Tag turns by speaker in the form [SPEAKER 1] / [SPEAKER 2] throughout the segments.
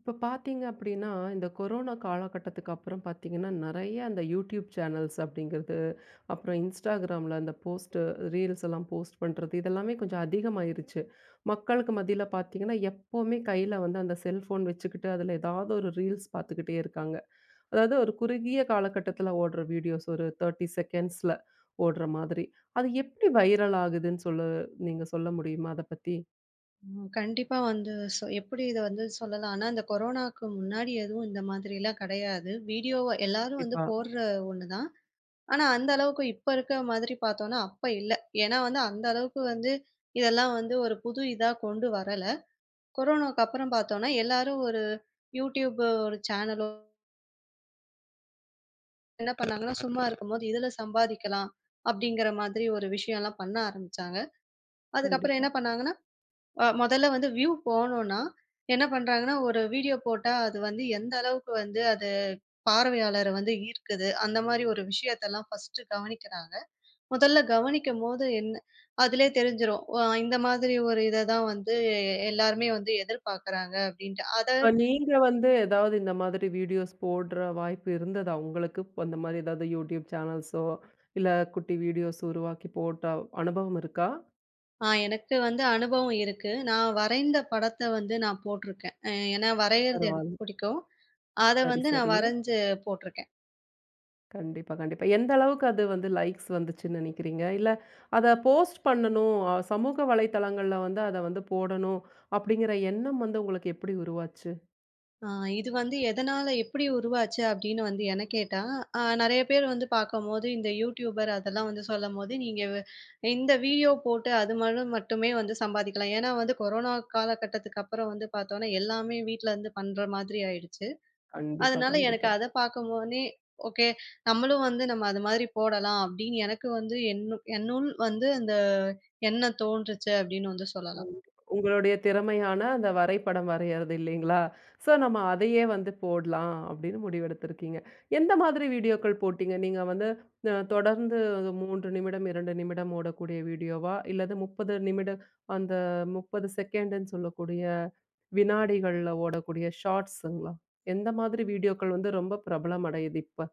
[SPEAKER 1] இப்போ பார்த்தீங்க அப்படின்னா, இந்த கொரோனா காலகட்டத்துக்கு அப்புறம் பார்த்தீங்கன்னா, நெறைய அந்த யூடியூப் சேனல்ஸ் அப்படிங்கிறது, அப்புறம் இன்ஸ்டாகிராமில அந்த போஸ்ட்டு, ரீல்ஸ் எல்லாம் போஸ்ட் பண்றது, இதெல்லாமே கொஞ்சம் அதிகமாயிருச்சு. மக்களுக்கு மத்தியில பார்த்தீங்கன்னா, எப்பவுமே கையில வந்து அந்த செல்ஃபோன் வச்சுக்கிட்டு, அதில ஏதாவது ஒரு ரீல்ஸ் பார்த்துக்கிட்டே இருக்காங்க. அதாவது ஒரு குறுகிய காலகட்டத்தில ஓடுற வீடியோஸ், ஒரு 30 செகண்ட்ஸில ஓடுற மாதிரி. அது எப்படி வைரல் ஆகுதுன்னு சொல்ல நீங்க சொல்ல முடியுமா? அத பத்தி?
[SPEAKER 2] ம். கண்டிப்பா வந்து எப்படி இத வந்து சொல்லலாம்னா, அந்த கொரோனாக்கு முன்னாடி எதுவும் இந்த மாதிரிலாம் கிடையாது. வீடியோவ எல்லாரும் வந்து
[SPEAKER 1] கண்டிப்பா,
[SPEAKER 2] போடுற ஒண்ணு தான். ஆனா, அந்த அளவுக்கு இப்ப இருக்கிற மாதிரி பார்த்தோம்னா, அப்ப இல்ல. ஏன்னா வந்து அந்த அளவுக்கு வந்து இதெல்லாம் வந்து ஒரு புது இதா கொண்டு வரல. கொரோனாக்கு அப்புறம் பார்த்தோம்னா, எல்லாரும் ஒரு YouTube ஒரு சேனலோ என்ன பண்ணாங்கன்னா, சும்மா இருக்கும்போது இதுல சம்பாதிக்கலாம் அப்படிங்கிற மாதிரி ஒரு விஷயம்லாம் பண்ண ஆரம்பிச்சாங்க. அதுக்கப்புறம்
[SPEAKER 1] கண்டிப்பா.
[SPEAKER 2] என்ன பண்ணாங்கன்னா, மொதல்ல வந்து வியூ போணும்னா, என்ன பண்றாங்கன்னா, ஒரு வீடியோ போட்டா அது வந்து எந்த அளவுக்கு வந்து அது பார்வையாளர வந்து ஈர்க்குது. அந்த மாரி ஒரு விஷயத்தெல்லாம் ஃபர்ஸ்ட்டு கவனிக்கிறாங்க. முதல்ல கவனிக்கும்போது என்ன அதிலயே தெரிஞ்சிரும். இந்த மாதிரி ஒரு இத தான் வந்து எல்லாருமே வந்து எதிர்பார்க்குறாங்க அப்டின்ட்டு. அத
[SPEAKER 1] இப்ப நீங்க வந்து ஏதாவது இந்த மாதிரி வீடியோஸ் போடுற வாய்ப்பு இருந்ததா உங்களுக்கு? அந்த மாதிரி ஏதாவது YouTube சேனல்ஸோ, இல்ல குட்டி வீடியோஸ் உருவாக்கி போட்ட அனுபவம் இருக்கா?
[SPEAKER 2] எனக்கு வந்து அனுபவம் இருக்கு. நான் வரைந்த படத்த வந்து நான் போட்டிருக்கேன். ஏன்னா வரையறது எனக்கு
[SPEAKER 1] பரவால்ல.
[SPEAKER 2] பிடிக்கும். அத
[SPEAKER 1] சரி,
[SPEAKER 2] வந்து நான்
[SPEAKER 1] சரி.
[SPEAKER 2] வரைஞ்சு போட்டிருக்கேன்.
[SPEAKER 1] கண்டிப்பா, கண்டிப்பா. எந்த அளவுக்கு அது வந்து லைக்ஸ் வந்துச்சுன்னு நினைக்கிறீங்க? இல்ல அத போஸ்ட் பண்ணணும், சமூக வலைத்தளங்கள்ல வந்து அத வந்து போடணும், அப்படிங்கிற எண்ணம் வந்து உங்களுக்கு எப்படி உருவாச்சு?
[SPEAKER 2] ஆ இது வந்து எதனால எப்படி உருவாச்சு அப்படின்னு வந்து என்ன கேட்டா, நெறைய பேர் வந்து பார்க்கும்போது, இந்த யூடியூபர் அதெல்லாம் வந்து சொல்லும்போது, இந்த வீடியோ போட்டு அது மூலம் மட்டுமே வந்து சம்பாதிக்கலாம். ஏன்னா வந்து கொரோனா காலகட்டத்துக்கு அப்புறம் வந்து பார்த்தோம்னா, எல்லாமே வீட்ல இருந்து பண்ற மாதிரி ஆயிடுச்சு.
[SPEAKER 1] கண்டிப்பா,
[SPEAKER 2] அதனால எனக்கு
[SPEAKER 1] கண்டிப்பா.
[SPEAKER 2] அத பார்க்கும்போதே, ஓகே, நம்மளும் வந்து நம்ம அது மாதிரி போடலாம் அப்படின்னு எனக்கு வந்து என்னுள் வந்து அந்த எண்ணம் தோன்றுச்சு அப்படின்னு வந்து சொல்லலாம்.
[SPEAKER 1] உங்களுடைய திறமையான அந்த வரைபடம் வரையறது இல்லைங்களா? சோ நம்ம அதையே வந்து போடலாம் அப்படின்னு முடிவெடுத்திருக்கீங்க. எந்த மாதிரி வீடியோக்கள் போட்டீங்க? நீங்க வந்து தொடர்ந்து 3 நிமிடம், 2 நிமிடம் ஓடக்கூடிய வீடியோவா? இல்லது 30 நிமிடம் அந்த 30 செகண்டுன்னு சொல்லக்கூடிய வினாடிகள்ல ஓடக்கூடிய ஷார்ட்ஸுங்களா? எந்த மாதிரி வீடியோக்கள் வந்து ரொம்ப பிரபலம் அடையுது இப்ப?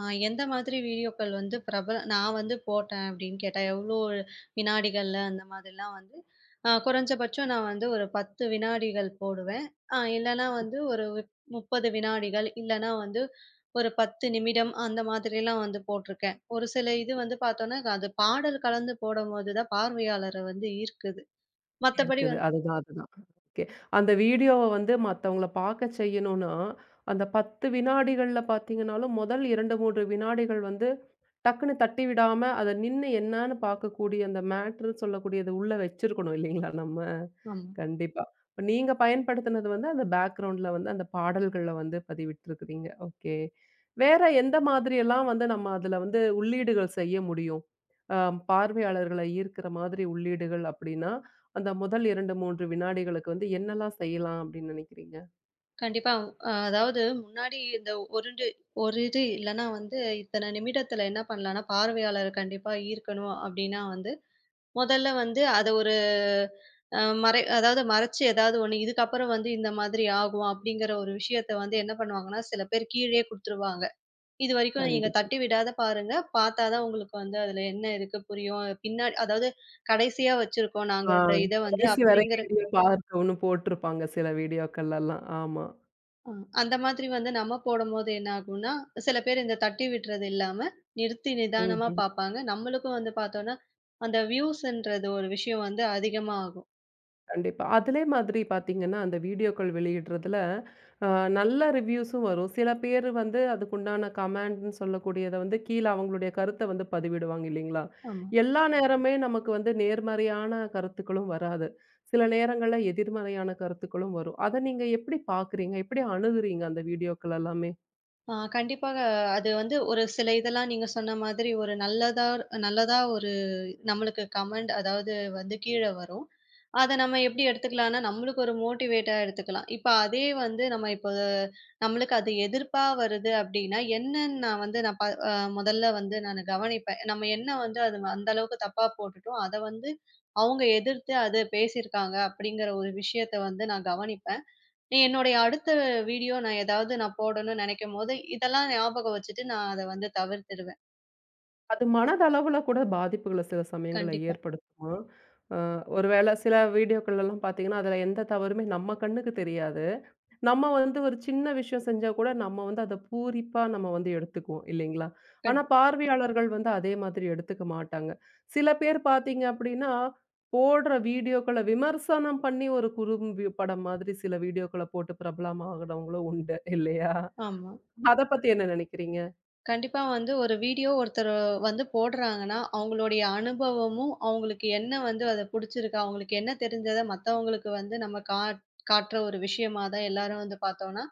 [SPEAKER 2] ஆ எந்த மாதிரி வீடியோக்கள் வந்து நான் வந்து போட்டேன் அப்படின்னு கேட்டா, எவ்ளோ வினாடிகள்ல அந்த மாதிரிலாம் வந்து குறைஞ்சபட்சம் நான் வந்து ஒரு 10 வினாடிகள் போடுவேன். இல்லன்னா வந்து ஒரு 30 வினாடிகள், இல்லன்னா வந்து ஒரு 10 நிமிடம் அந்த மாதிரிலாம் வந்து போட்டிருக்கேன். ஒரு சில இது வந்து பார்த்தோம்னா, அது பாடல் கலந்து போடும்போது தான் பார்வையாளர வந்து ஈர்க்குது. மத்தபடி
[SPEAKER 1] இருக்குது.
[SPEAKER 2] வந்து
[SPEAKER 1] அதுதான், அதுதான். ஓகே. அந்த வீடியோவ வந்து மத்தவங்கள பார்க்க செய்யணும்னா, அந்த 10 வினாடிகள்ல பார்த்தீங்கனாலும், முதல் 2, 3 வினாடிகள் வந்து டக்குன்னு தட்டி விடாம, அத நின்னு என்னான்னு பார்க்கக்கூடிய அந்த மேட்டர்ன்னு சொல்லக்கூடியது உள்ள வச்சிருக்கணும் இல்லைங்களா நம்ம?
[SPEAKER 2] ஆமா.
[SPEAKER 1] கண்டிப்பா. இப்ப நீங்க பயன்படுத்தினது வந்து அந்த பேக்கிரவுண்ட்ல வந்து அந்த பாடல்கள்ல வந்து பதிவிட்டுருக்கிறீங்க. ஓகே. வேற எந்த மாதிரியெல்லாம் வந்து நம்ம அதுல வந்து உள்ளீடுகள் செய்ய முடியும்? அ பார்வையாளர்களை ஈர்க்கிற மாதிரி உள்ளீடுகள் அப்படின்னா, அந்த முதல் 2, 3 வினாடிகளுக்கு வந்து என்னெல்லாம் செய்யலாம் அப்படின்னு நினைக்கிறீங்க?
[SPEAKER 2] கண்டிப்பா. அதாவது முன்னாடி இந்த ஒரு ஒரு இது இல்லன்னா வந்து இத்தன நிமிடத்துல என்ன பண்ணலாம்னா, பார்வையாளர கண்டிப்பா ஈர்க்கணும் அப்டின்னா வந்து, முதல்ல வந்து அத ஒரு அ மறை அதாவது மறைச்சு ஏதாவது ஒண்ணு இதுக்கப்புறம் வந்து இந்த மாதிரி ஆகும் அப்டிங்கிற ஒரு விஷயத்த வந்து என்ன பண்ணுவாங்கன்னா, சில பேர் கீழயே குடுத்துருவாங்க. இதுவரைக்கும் நீங்க
[SPEAKER 1] கண்டிப்பா.
[SPEAKER 2] தட்டி விடாத பாருங்க. பார்த்தா தான் உங்களுக்கு வந்து அதுல என்ன இருக்கு புரியும். பின்னாடி அதாவது கடைசியா வச்சிருக்கோம் நாங்க
[SPEAKER 1] ஆ
[SPEAKER 2] இந்த இத வந்து
[SPEAKER 1] கடைசி வரை
[SPEAKER 2] அப்டிங்கிற
[SPEAKER 1] வீடியோ பார்க்கவும் போட்டிருப்பாங்க சில வீடியோக்கள்லலாம். ஆமா.
[SPEAKER 2] அ அந்த மாதிரி வந்து நம்ம போடும்போது என்ன ஆகும்னா, சில பேர் இந்த தட்டி விடுறது இல்லாம, நிறுத்தி நிதானமா
[SPEAKER 1] ம்.
[SPEAKER 2] பார்ப்பாங்க. நம்மளுக்கும் வந்து பார்த்தோம்னா, அந்த வியூஸ்ன்றது ஒரு விஷயம் வந்து அதிகமா ஆகும்.
[SPEAKER 1] கண்டிப்பா. அதிலே மாதிரி பார்த்தீங்கன்னா, அந்த வீடியோக்கள் வெளியிடுறதுல அ நல்ல ரிவ்யூஸும் வரும். சில பேர் வந்து அதுக்குண்டான கமெண்ட்ன்னு சொல்லக்கூடியத வந்து கீழ அவங்களுடைய கருத்த வந்து பதிவிடுவாங்க இல்லைங்களா?
[SPEAKER 2] ஆமா.
[SPEAKER 1] எல்லா நேரமே நமக்கு வந்து நேர்மறையான கருத்துக்களும் வராது. சில நேரங்கள்ல எதிர்மறையான கருத்துக்களும் வரும். அத நீங்க எப்படி பார்க்குறீங்க? எப்படி அணுகுறீங்க அந்த வீடியோக்கள் எல்லாமே?
[SPEAKER 2] கண்டிப்பாக அது வந்து ஒரு சில இதெல்லாம் நீங்க சொன்ன மாதிரி ஒரு நல்லதா நல்லதா ஒரு நம்மளுக்கு கமெண்ட் அதாவது வந்து கீழ வரும். அத நம்ம எப்படி எடுத்துக்கலாம்னா, நம்மளுக்கு ஒரு மோட்டிவேட்டா எடுத்துக்கலாம். இப்ப அதே வந்து நம்ம இப்ப நம்மளுக்கு அது எதிர்ப்பா வருது அப்படின்னா, என்னன்னு நான் வந்து நான் ப அ முதல்ல வந்து நானு கவனிப்பேன். நம்ம என்ன வந்து அது அந்த அளவுக்கு தப்பா போட்டுட்டோம். அத வந்து அவங்க எதிர்த்து அது பேசியிருக்காங்க அப்படிங்கிற ஒரு விஷயத்த வந்து நான் கவனிப்பேன். நீ என்னுடைய அடுத்த வீடியோ நான் ஏதாவது நான் போடணும்னு நினைக்கும்போது, இதெல்லாம் ஞாபகம் வச்சுட்டு நான் அத வந்து தவிர்த்துடுவேன்.
[SPEAKER 1] அது மனதளவுல கூட பாதிப்புகள சில சமயங்கள்ல
[SPEAKER 2] கண்டிப்பா.
[SPEAKER 1] ஏற்படுத்துமா? அ ஒரு வேள சில வீடியோக்கள் எல்லாம் பார்த்தீங்கன்னா, அதுல எந்த தவறுமே நம்ம கண்ணுக்கு தெரியாது. நம்ம வந்து ஒரு சின்ன விஷயம் செஞ்சா கூட நம்ம வந்து அத பூரிப்பா நம்ம வந்து எடுத்துக்குவோம் இல்லைங்களா?
[SPEAKER 2] கண்
[SPEAKER 1] ஆனா பார்வையாளர்கள் வந்து அதே மாதிரி எடுத்துக்க மாட்டாங்க. சில பேர் பார்த்தீங்க அப்படின்னா, போடுற வீடியோக்கள விமர்சனம் பண்ணி ஒரு குறும்பி படம் மாதிரி சில வீடியோக்கள போட்டு பிரபலமாகறவங்களும் உண்டு இல்லையா?
[SPEAKER 2] ஆமா.
[SPEAKER 1] அத பத்தி என்ன நினைக்கிறீங்க?
[SPEAKER 2] கண்டிப்பா வந்து ஒரு வீடியோ ஒருத்தர் வந்து போடுறாங்கன்னா, அவங்களுடைய அனுபவமும், அவங்களுக்கு என்ன வந்து அது புடிச்சிருக்கு, அவங்களுக்கு என்ன தெரிஞ்சத மத்தவங்களுக்கு வந்து நம்ம காட்டுற ஒரு விஷயமா தான் எல்லாரும் வந்து பார்த்தோம்னா,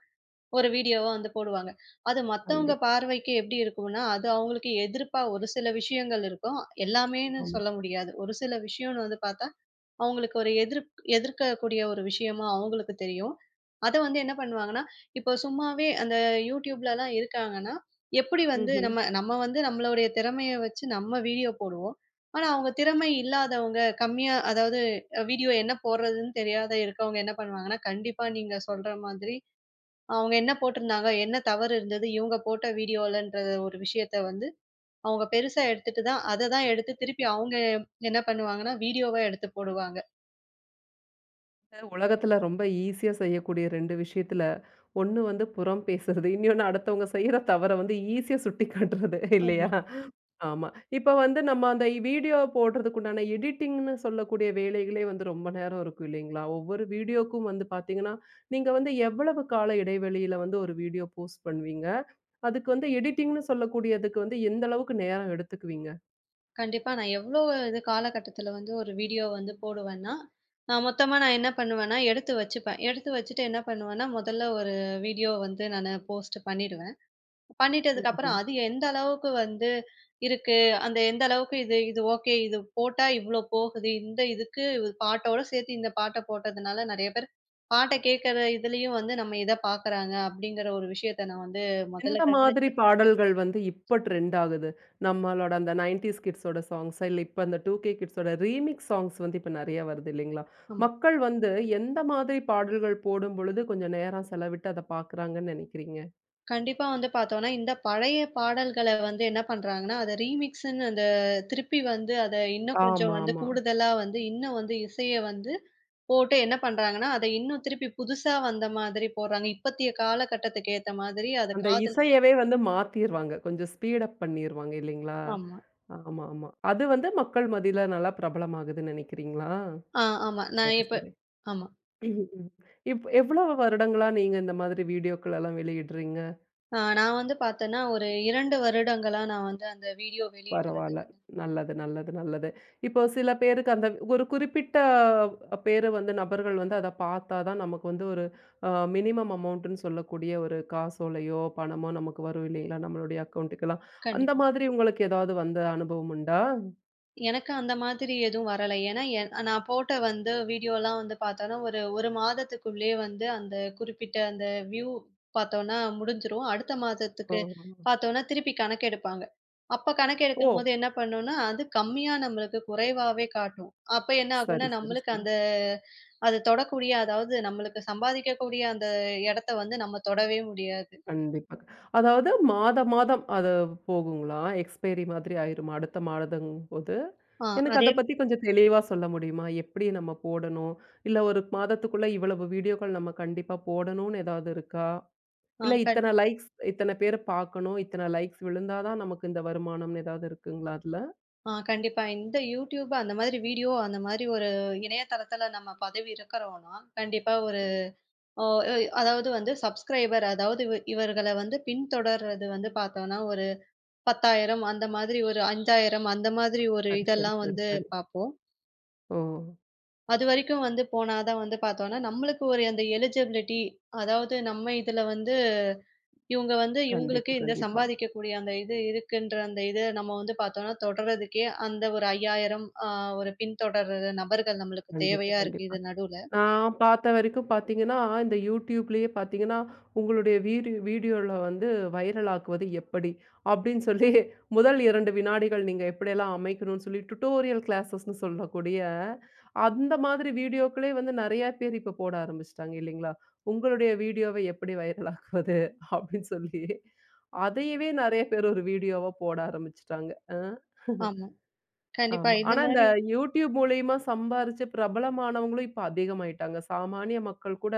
[SPEAKER 2] ஒரு வீடியோவா வந்து போடுவாங்க. அது மத்தவங்க
[SPEAKER 1] கண்டிப்பா.
[SPEAKER 2] பார்வைக்கு எப்படி இருக்கும்னா, அது அவங்களுக்கு எதிர்ப்பா ஒரு சில விஷயங்கள் இருக்கும். எல்லாமேன்னு
[SPEAKER 1] ஆமா.
[SPEAKER 2] சொல்ல முடியாது. ஒரு சில விஷயம்னு வந்து பார்த்தா அவங்களுக்கு ஒரு எதிர்க்கக்கூடிய ஒரு விஷயமா அவங்களுக்கு தெரியும். அத வந்து என்ன பண்ணுவாங்கன்னா, இப்போ சும்மாவே அந்த YouTubeலலாம் இருக்காங்கன்னா, எப்படி வந்து
[SPEAKER 1] ம்ஹ்ம்.
[SPEAKER 2] நம்ம நம்ம வந்து நம்மளுடைய திறமைய வச்சு நம்ம வீடியோ போடுவோம். ஆனா, அவங்க திறமை இல்லாதவங்க கம்மியா அதாவது வீடியோ என்ன போடுறதுன்னு தெரியாத இருக்கவங்க என்ன பண்ணுவாங்கன்னா, கண்டிப்பா நீங்க சொல்ற மாதிரி அவங்க என்ன போட்டிருந்தாங்க, என்ன தவறு இருந்தது இவங்க போட்ட வீடியோலன்ற ஒரு விஷயத்த வந்து அவங்க பெருசா எடுத்துட்டு தான் அத தான் எடுத்து திருப்பி அவங்க என்ன பண்ணுவாங்கன்னா, வீடியோவா எடுத்து போடுவாங்க.
[SPEAKER 1] உலகத்துல ரொம்ப ஈஸியா செய்யக்கூடிய 2 விஷயத்துல, ஒண்ணு வந்து புறம் பேசுறது, இன்னொன்னு அடுத்தவங்க செய்யற தவற வந்து ஈஸியா சுட்டிக்காட்டுறது இல்லையா?
[SPEAKER 2] ஆமா.
[SPEAKER 1] ஆமா. இப்ப வந்து நம்ம அந்த வீடியோ போடுறதுக்கு உண்டான எடிட்டிங்ன்னு சொல்லக்கூடிய வேலைகளே வந்து ரொம்ப நேரம் இருக்கும் இல்லைங்களா? ஒவ்வொரு வீடியோக்கும் வந்து பார்த்தீங்கன்னா, நீங்க வந்து எவ்வளவு கால இடைவெளியில வந்து ஒரு வீடியோ போஸ்ட் பண்ணுவீங்க? அதுக்கு வந்து எடிட்டிங்ன்னு சொல்லக்கூடியதுக்கு வந்து எந்த அளவுக்கு நேரம் எடுத்துக்குவீங்க?
[SPEAKER 2] கண்டிப்பா. நான் எவ்ளோ இது காலகட்டத்தில வந்து ஒரு வீடியோ வந்து போடுவேன்னா, நான் மொத்தமா நான் என்ன பண்ணுவேன்னா, எடுத்து வச்சுப்பேன். எடுத்து வச்சுட்டு என்ன பண்ணுவேன்னா, முதல்ல ஒரு வீடியோ வந்து நானு போஸ்ட் பண்ணிடுவேன். பண்ணிட்டதுக்கப்புறம்
[SPEAKER 1] ம்ஹ்ம்.
[SPEAKER 2] அது எந்த அளவுக்கு வந்து இருக்கு, அந்த எந்த அளவுக்கு இது இது ஓகே. இது போட்டா இவ்ளோ போகுது. இந்த இதுக்கு இது பாட்டோட சேர்த்து இந்த பாட்ட போட்டதுனால நெறைய பேர் பாட்ட கேட்கற இதுலயும் வந்து நம்ம இத பார்க்குறாங்க, அப்படிங்கிற ஒரு விஷயத்த நான் வந்து முதல்ல
[SPEAKER 1] எந்த மாதிரி
[SPEAKER 2] கவனிச்சிருப்பேன்.
[SPEAKER 1] பாடல்கள் வந்து இப்ப ட்ரெண்ட் ஆகுது? நம்மளோட அந்த 90ஸ் கிட்ஸோட சாங்ஸா? இல்ல இப்ப அந்த 2கே கிட்ஸோட ரீமிக்ஸ் சாங்ஸ் வந்து இப்ப நெறைய வருது இல்லைங்களா?
[SPEAKER 2] ஆமா.
[SPEAKER 1] மக்கள் வந்து எந்த மாதிரி பாடல்கள் போடும்பொழுது கொஞ்சம் நேரம் செலவிட்டு அத பார்க்குறாங்கன்னு நெனைக்கிறீங்க?
[SPEAKER 2] கண்டிப்பா வந்து பார்த்தோம்னா, இந்த பழைய பாடல்கள வந்து என்ன பண்றாங்கன்னா, அத ரீமிக்ஸ்ன்னு அந்த திருப்பி வந்து அத இன்னும் கொஞ்சம்
[SPEAKER 1] ஆமா,
[SPEAKER 2] வந்து
[SPEAKER 1] ஆமா.
[SPEAKER 2] கூடுதலா வந்து இன்னும் வந்து இசைய வந்து போட்டு என்ன பண்றாங்கன்னா, அத இன்னும் திருப்பி புதுசா வந்த மாதிரி போடுறாங்க. இப்பத்திய காலகட்டத்துக்கு ஏத்த மாதிரி அத
[SPEAKER 1] அந்த
[SPEAKER 2] காதுல
[SPEAKER 1] இசையவே வந்து மாத்திருவாங்க. கொஞ்சம் ஸ்பீட் அப் பண்ணிருவாங்க இல்லைங்களா?
[SPEAKER 2] ஆமா.
[SPEAKER 1] ஆமா, ஆமா. அது வந்து மக்கள் மத்தியில நல்லா பிரபலமாகுதுன்னு நெனைக்கிறீங்களா?
[SPEAKER 2] ஆமா. நான்
[SPEAKER 1] சரி,
[SPEAKER 2] இப்ப
[SPEAKER 1] சரி.
[SPEAKER 2] ஆமா.
[SPEAKER 1] ம், ம். எவ்வளவு வருடங்களா நீங்க இந்த மாதிரி வீடியோக்கள் எல்லாம் வெளியிடுறீங்க?
[SPEAKER 2] நான் வந்து பார்த்தேன்னா, ஒரு 2 வருடங்களா நான் வந்து அந்த வீடியோ வெளியிடுறது
[SPEAKER 1] பரவால்ல.
[SPEAKER 2] வந்து
[SPEAKER 1] நல்லது, நல்லது, நல்லது. இப்போ சில பேருக்கு அந்த ஒரு குறிப்பிட்ட பேரு வந்து நபர்கள் வந்து அத பார்த்தா தான் நமக்கு வந்து ஒரு அ மினிமம் அமௌண்ட்ன்னு சொல்லக்கூடிய ஒரு காசோலையோ, பணமோ நமக்கு வரும் இல்லைங்களா? நம்மளுடைய அக்கவுண்ட்டுக்கெல்லாம். அந்த
[SPEAKER 2] கண்டிப்பா.
[SPEAKER 1] மாதிரி உங்களுக்கு ஏதாவது வந்த அனுபவம் உண்டா?
[SPEAKER 2] எனக்கு அந்த மாதிரி எதுவும் வரல. ஏன்னா, நான் போட்ட வந்து வீடியோலாம் வந்து பார்த்தோன்னா, ஒரு 1 மாதத்துக்குள்ளேயே வந்து அந்த குறிப்பிட்ட அந்த வியூ பார்த்தோன்னா முடிஞ்சிரும். அடுத்த மாதத்துக்கு
[SPEAKER 1] ஓஹோ!
[SPEAKER 2] பார்த்தோன்னா, திருப்பி கணக்கெடுப்பாங்க. அப்ப
[SPEAKER 1] ஓ!
[SPEAKER 2] கணக்கெடுக்கும்போது என்ன பண்ணும்னா, அது கம்மியா நம்மளுக்கு குறைவாவே காட்டும். அப்ப என்ன ஆகும்னா,
[SPEAKER 1] சரி, சரி,
[SPEAKER 2] நம்மளுக்கு
[SPEAKER 1] சரி.
[SPEAKER 2] அந்த அது தொடக்கூடிய அதாவது நம்மளுக்கு சம்பாதிக்கக்கூடிய அந்த இடத்த வந்து நம்ம தொடவே முடியாது.
[SPEAKER 1] கண்டிப்பா. அதாவது மாத மாதம் அது போகுங்களா? எக்ஸ்பைரி மாதிரி ஆயிருமா? அடுத்த மாதங்கும்போது?
[SPEAKER 2] ஆ
[SPEAKER 1] எனக்கு
[SPEAKER 2] அதே
[SPEAKER 1] அத பத்தி கொஞ்சம் தெளிவா சொல்ல முடியுமா? எப்படி நம்ம போடணும்? இல்ல ஒரு மாதத்துக்குள்ள இவ்வளவு வீடியோக்கள் நம்ம கண்டிப்பா போடணும்னு ஏதாவது இருக்கா?
[SPEAKER 2] ஆ
[SPEAKER 1] இல்ல
[SPEAKER 2] கண்
[SPEAKER 1] இத்தன லைக்ஸ் இத்தன பேர் பார்க்கணும், இத்தன லைக்ஸ் விழுந்தா தான் நமக்கு இந்த வருமானம்னு ஏதாவது இருக்குங்களா அதுல?
[SPEAKER 2] ஆ கண்டிப்பா. இந்த YouTube அந்த மாதிரி வீடியோ, அந்த மாதிரி ஒரு இணையதளத்துல நம்ம பதவி இருக்கிறோம்னா, கண்டிப்பா ஒரு ஆ, அ அதாவது வந்து சப்ஸ்கிரைபர் அதாவது இவர்கள வந்து பின்தொடர்றது வந்து பார்த்தோம்னா, ஒரு 10,000 அந்த மாதிரி ஒரு 5,000 அந்த மாதிரி ஒரு
[SPEAKER 1] சரி, சரி,
[SPEAKER 2] இதெல்லாம்
[SPEAKER 1] சரி,
[SPEAKER 2] வந்து
[SPEAKER 1] சரி.
[SPEAKER 2] பார்ப்போம்.
[SPEAKER 1] ஓ!
[SPEAKER 2] அதுவரைக்கும் வந்து போனா தான் வந்து பார்த்தோம்னா, நம்மளுக்கு ஒரு அந்த எலிஜிபிலிட்டி அதாவது நம்ம இதுல வந்து இவுங்க வந்து இவுங்களுக்கு
[SPEAKER 1] கண்டிப்பா,
[SPEAKER 2] இந்த
[SPEAKER 1] கண்டிப்பா.
[SPEAKER 2] சம்பாதிக்கக்கூடிய அந்த இது இருக்குன்ற அந்த இத நம்ம வந்து பார்த்தோம்னா, தொடர்றதுக்கே அந்த ஒரு 5,000 ஒரு பின்தொடர்ற நபர்கள் நம்மளுக்கு
[SPEAKER 1] கண்டிப்பா,
[SPEAKER 2] தேவையா இருக்கு
[SPEAKER 1] கண்டிப்பா.
[SPEAKER 2] இது நடுவுல.
[SPEAKER 1] நான் பார்த்த வரைக்கும் பார்த்தீங்கன்னா, இந்த YouTubeலயே பார்த்தீங்கன்னா, "உங்களுடைய வீடு வீடியோல வந்து வைரல் ஆக்குவது எப்படி?" அப்படின்னு சொல்லி முதல் 2 வினாடிகள் நீங்க எப்படியெல்லாம் அமைக்கணும்னு சொல்லி டுட்டோரியல் கிளாஸஸ்ன்னு சொல்லக்கூடிய அந்த மாதிரி வீடியோக்களே வந்து நெறைய பேர் இப்ப போட ஆரம்பிச்சுட்டாங்க இல்லைங்களா? "உங்களுடைய வீடியோவை எப்படி வைரல் ஆக்குவது?" அப்படின்னு சொல்லி அதையவே நெறைய பேர் ஒரு வீடியோவா போட ஆரம்பிச்சுட்டாங்க. அ.
[SPEAKER 2] ஆமா. கண்டிப்பா.
[SPEAKER 1] ஆமா.
[SPEAKER 2] இந்த
[SPEAKER 1] ஆனா இந்த
[SPEAKER 2] மாரி
[SPEAKER 1] YouTube மூலியமா சம்பாரிச்சு பிரபலமானவங்களும் இப்ப அதிகமாயிட்டாங்க. சாமானிய மக்கள் கூட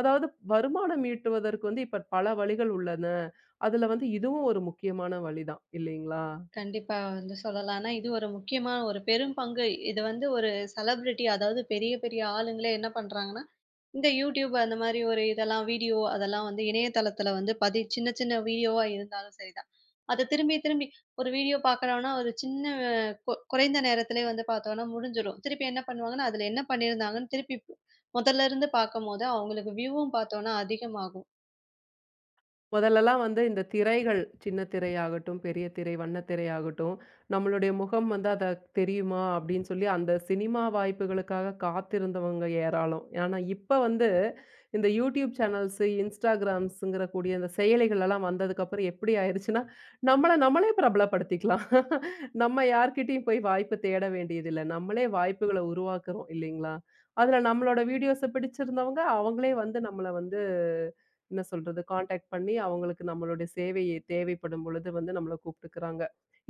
[SPEAKER 1] அதாவது வருமானம் ஈட்டுவதற்கு வந்து இப்ப பல வழிகள் உள்ளன. அதுல வந்து இதுவும் ஒரு முக்கியமான வழிதான் இல்லைங்களா?
[SPEAKER 2] கண்டிப்பா வந்து சொல்லலாம். ஆனா, இது ஒரு முக்கியமான ஒரு பெரும் பங்கு. இது வந்து ஒரு செலிபிரிட்டி அதாவது பெரிய பெரிய ஆளுங்களே என்ன பண்றாங்கன்னா, இந்த YouTube அந்த மாரி ஒரு இதெல்லாம் வீடியோ அதெல்லாம் வந்து இணையதளத்துல வந்து சின்ன சின்ன வீடியோவா இருந்தாலும் சரிதான். அத திரும்பி திரும்பி ஒரு வீடியோ பார்க்குறோம்னா, ஒரு சின்ன குறைந்த நேரத்திலேயே வந்து பார்த்தோம்னா முடிஞ்சிரும். திருப்பி என்ன பண்ணுவாங்கன்னா, அதுல என்ன பண்ணியிருந்தாங்கன்னு திருப்பி முதல்ல இருந்து பார்க்கும்போது, அவங்களுக்கு வியூவும் பார்த்தோம்னா அதிகமாகும்.
[SPEAKER 1] முதல்லலாம் வந்து இந்த திரைகள், சின்ன திரையாகட்டும், பெரிய திரை, வண்ண திரையாகட்டும், நம்மளுடைய முகம் வந்து அத தெரியுமா? அப்டின்னு சொல்லி அந்த சினிமா வாய்ப்புகளுக்காக காத்திருந்தவங்க ஏராளம். ஆனா, இப்ப வந்து இந்த யூடியூப் சேனல்ஸ், இன்ஸ்டாகிராம்ஸ்ங்கிற கூடிய இந்த செயலிகளெல்லாம் வந்ததுக்கப்புறம் எப்படி ஆயிருச்சுன்னா, நம்மள நம்மளே பிரபலப்படுத்திக்கலாம். நம்ம யார்கிட்டயும் போய் வாய்ப்பு தேட வேண்டியதில்ல. நம்மளே வாய்ப்புகள உருவாக்குறோம் இல்லைங்களா? அதுல நம்மளோட வீடியோஸ பிடிச்சிருந்தவங்க, அவங்களே வந்து நம்மள வந்து என்ன சொல்றது? கான்டாக்ட் பண்ணி அவங்களுக்கு நம்மளுடைய சேவை தேவைப்படும் பொழுது வந்து நம்மள கூப்பிட்டுக்கிறாங்க.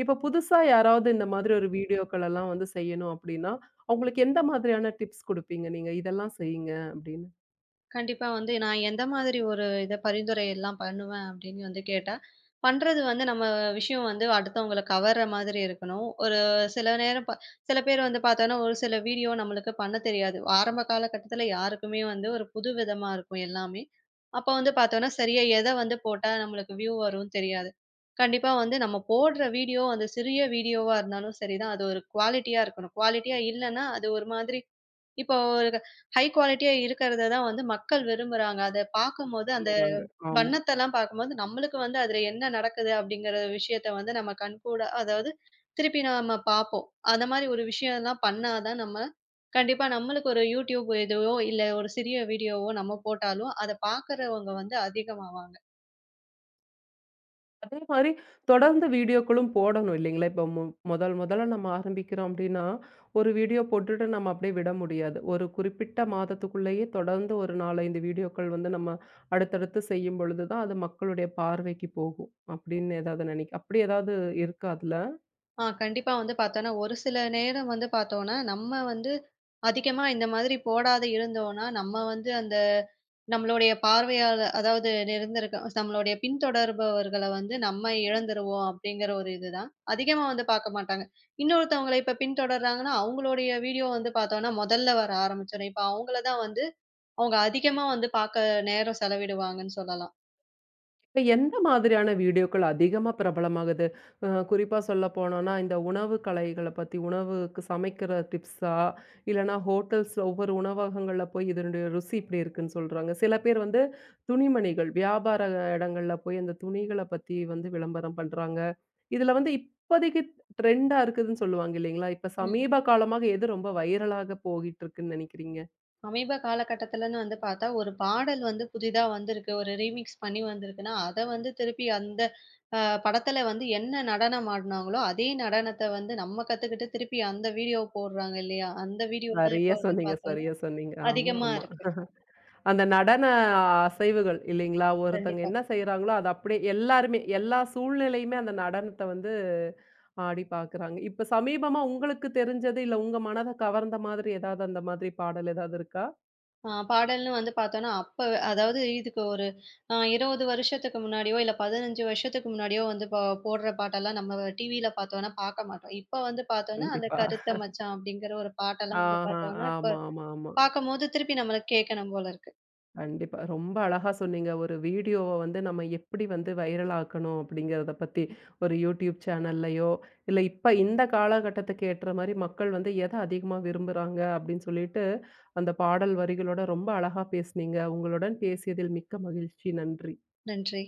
[SPEAKER 1] இப்ப புதுசா யாராவது இந்த மாதிரி ஒரு வீடியோக்கள் எல்லாம் வந்து செய்யணும் அப்படின்னா, அவங்களுக்கு எந்த மாதிரியான டிப்ஸ் குடுப்பீங்க நீங்க? இதெல்லாம் செய்யுங்க அப்படின்னு.
[SPEAKER 2] கண்டிப்பா வந்து நான் எந்த மாதிரி ஒரு இத பரிந்துரை எல்லாம் பண்ணுவேன் அப்படின்னு வந்து கேட்டா, பண்றது வந்து நம்ம விஷயம் வந்து அடுத்தவங்கள கவர்ற மாதிரி இருக்கணும். ஒரு சில நேரம் சில பேர் வந்து பாத்தோம்னா, ஒரு சில வீடியோ நம்மளுக்கு பண்ண தெரியாது. ஆரம்ப காலகட்டத்துல யாருக்குமே வந்து ஒரு புது விதமா இருக்கும் எல்லாமே. அப்ப வந்து பாத்தோம்னா, சரியா எத வந்து போட்டா நம்மளுக்கு வியூ வரும்னு தெரியாது. கண்டிப்பா வந்து நம்ம போடுற வீடியோ அந்த சிறிய வீடியோவா இருந்தாலும் சரிதான், அது ஒரு குவாலிட்டியா இருக்கணும். குவாலிட்டியா இல்லன்னா, அது ஒரு மாதிரி இப்போ ஒரு ஹை குவாலிட்டியா இருக்கிறத தான் வந்து மக்கள் விரும்புறாங்க. அத பாக்கும்போது, அந்த
[SPEAKER 1] விரும்புறாங்க. ஆமா.
[SPEAKER 2] வண்ணத்தெல்லாம் பாக்கும்போது, நம்மளுக்கு வந்து அதுல என்ன நடக்குது அப்படிங்கிற விஷயத்த வந்து நம்ம கண்கூடா அதாவது திருப்பி நாம பாப்போம். அந்த மாரி ஒரு விஷயம்லாம் பண்ணா தான் நம்ம கண்டிப்பா நம்மளுக்கு ஒரு YouTube இதுவோ, இல்ல ஒரு சிறிய வீடியோவோ நம்ம போட்டாலும், அத பாக்குறவங்க வந்து அதிகமாவாங்க.
[SPEAKER 1] அதே மாரி தொடர்ந்து வீடியோக்களும் போடணும் இல்லைங்களா? இப்போ முதல் முதல்ல நம்ம ஆரம்பிக்கிறோம் அப்டின்னா, ஒரு வீடியோ போட்டுட்டு நம்ம அப்டியே விட முடியாது. ஒரு குறிப்பிட்ட மாதத்துக்குள்ளேயே தொடர்ந்து ஒரு 4, 5 வீடியோக்கள் வந்து நம்ம அடுத்தடுத்து செய்யும் பொழுது தான், அது மக்களுடைய பார்வைக்கு போகும். அப்டின்னு ஏதாவது அப்டி ஏதாவது இருக்கா அதுல?
[SPEAKER 2] கண்டிப்பா வந்து பாத்தோம்னா, ஒரு சில நேரம் வந்து பாத்தோம்னா, நம்ம வந்து அதிகமா இந்த மாதிரி போடாத இருந்தோம்னா, நம்ம வந்து அந்த நம்மளுடைய பார்வையாள அதாவது நெருந்திருக்க நம்மளுடைய பின்தொடர்பவர்கள வந்து நம்ம இழந்துருவோம் அப்படிங்கிற ஒரு இதுதான். அதிகமா வந்து பார்க்க மாட்டாங்க. இன்னொருத்தவங்கள இப்ப பின்தொடர்றாங்கன்னா, அவங்களுடைய வீடியோ வந்து பார்த்தோம்னா, முதல்ல வர ஆரம்பிச்சுரும். இப்ப அவங்கள தான் வந்து அவங்க அதிகமா வந்து பார்க்க நேரம் செலவிடுவாங்கன்னு சொல்லலாம்.
[SPEAKER 1] இப்ப எந்த மாதிரியான வீடியோக்கள் அதிகமா பிரபலமாகுது? குறிப்பா சொல்ல போனோம்னா, இந்த உணவு கலைகள பத்தி, உணவுக்கு சமைக்கிற டிப்ஸா? இல்லன்னா ஹோட்டல்ஸ் ஒவ்வொரு உணவகங்கள்ல போய் இதனுடைய ருசி இப்படி இருக்குன்னு சொல்றாங்க. சில பேர் வந்து துணிமணிகள், வியாபார இடங்கள்ல போய் அந்த துணிகள பத்தி வந்து விளம்பரம் பண்றாங்க. இதுல வந்து இப்போதைக்கு ட்ரெண்டா இருக்குதுன்னு சொல்லுவாங்க இல்லைங்களா? இப்ப
[SPEAKER 2] ம்.
[SPEAKER 1] சமீப காலமாக எது ரொம்ப வைரலாக போகிட்டு இருக்குன்னு நினைக்கிறீங்க?
[SPEAKER 2] சமீப காலகட்டத்திலன்னு வந்து பார்த்தா, ஒரு பாடல் வந்து புதிதா வந்திருக்கு. ஒரு ரீமிக்ஸ் பண்ணி வந்திருக்குன்னா, அத வந்து திருப்பி அந்த படத்துல வந்து என்ன நடனம் ஆடுனாங்களோ, அதே நடனத்த வந்து நம்ம கத்துக்கிட்டு திருப்பி அந்த வீடியோ போடுறாங்க இல்லையா? அந்த வீடியோ தான் இப்ப
[SPEAKER 1] சரியா
[SPEAKER 2] வந்து
[SPEAKER 1] சொன்னீங்க,
[SPEAKER 2] பார்த்தோன்னா,
[SPEAKER 1] சரியா சொன்னீங்க. ஆமா,
[SPEAKER 2] அதிகமா
[SPEAKER 1] ஆமா.
[SPEAKER 2] இருக்கு.
[SPEAKER 1] அந்த நடன அசைவுகள் இல்லைங்களா? ஒருத்தங்க
[SPEAKER 2] கண்டிப்பா.
[SPEAKER 1] என்ன செய்றாங்களோ, அது அப்படியே எல்லாருமே, எல்லா சூழ்நிலையுமே அந்த நடனத்த வந்து ஆடி பார்க்குறாங்க. இப்ப சமீபமா உங்களுக்கு தெரிஞ்சது, இல்ல உங்க மனத கவர்ந்த மாதிரி ஏதாவது அந்த மாதிரி பாடல் ஏதாவது இருக்கா?
[SPEAKER 2] பாடல்ன்னு வந்து பார்த்தோன்னா, அப்ப அதாவது இதுக்கு ஒரு 20 வருஷத்துக்கு முன்னாடியோ, இல்ல 15 வருஷத்துக்கு முன்னாடியோ வந்து போடுற பாட்டெல்லாம் நம்ம டிவியில பார்த்தோன்னா, பார்க்க மாட்டோம். இப்ப வந்து பார்த்தோன்னா, அந்த
[SPEAKER 1] கண்டிப்பா.
[SPEAKER 2] கருத்த மச்சான் அப்படிங்கிற ஒரு பாட்டெல்லாம் வந்து
[SPEAKER 1] ஆஹா.
[SPEAKER 2] பார்த்தோன்னா, இப்ப
[SPEAKER 1] ஆமா, ஆமா, ஆமா.
[SPEAKER 2] பாக்கும்போது திருப்பி நம்மள கேட்கணும் போல இருக்கு.
[SPEAKER 1] கண்டிப்பா. ரொம்ப அழகா சொன்னீங்க. ஒரு வீடியோவ வந்து நம்ம எப்படி வந்து வைரல் ஆக்கணும் அப்படிங்கிறத பத்தி. ஒரு யூடியூப் சேனல்லயோ, இல்ல இப்ப இந்த காலகட்டத்துக்கு ஏற்ற மாரி மக்கள் வந்து எத அதிகமா விரும்புறாங்க அப்படின்னு சொல்லிட்டு, அந்த பாடல் வரிகளோட ரொம்ப அழகா பேசுனீங்க. உங்களுடன் பேசியதில் மிக்க மகிழ்ச்சி. நன்றி.
[SPEAKER 2] நன்றி.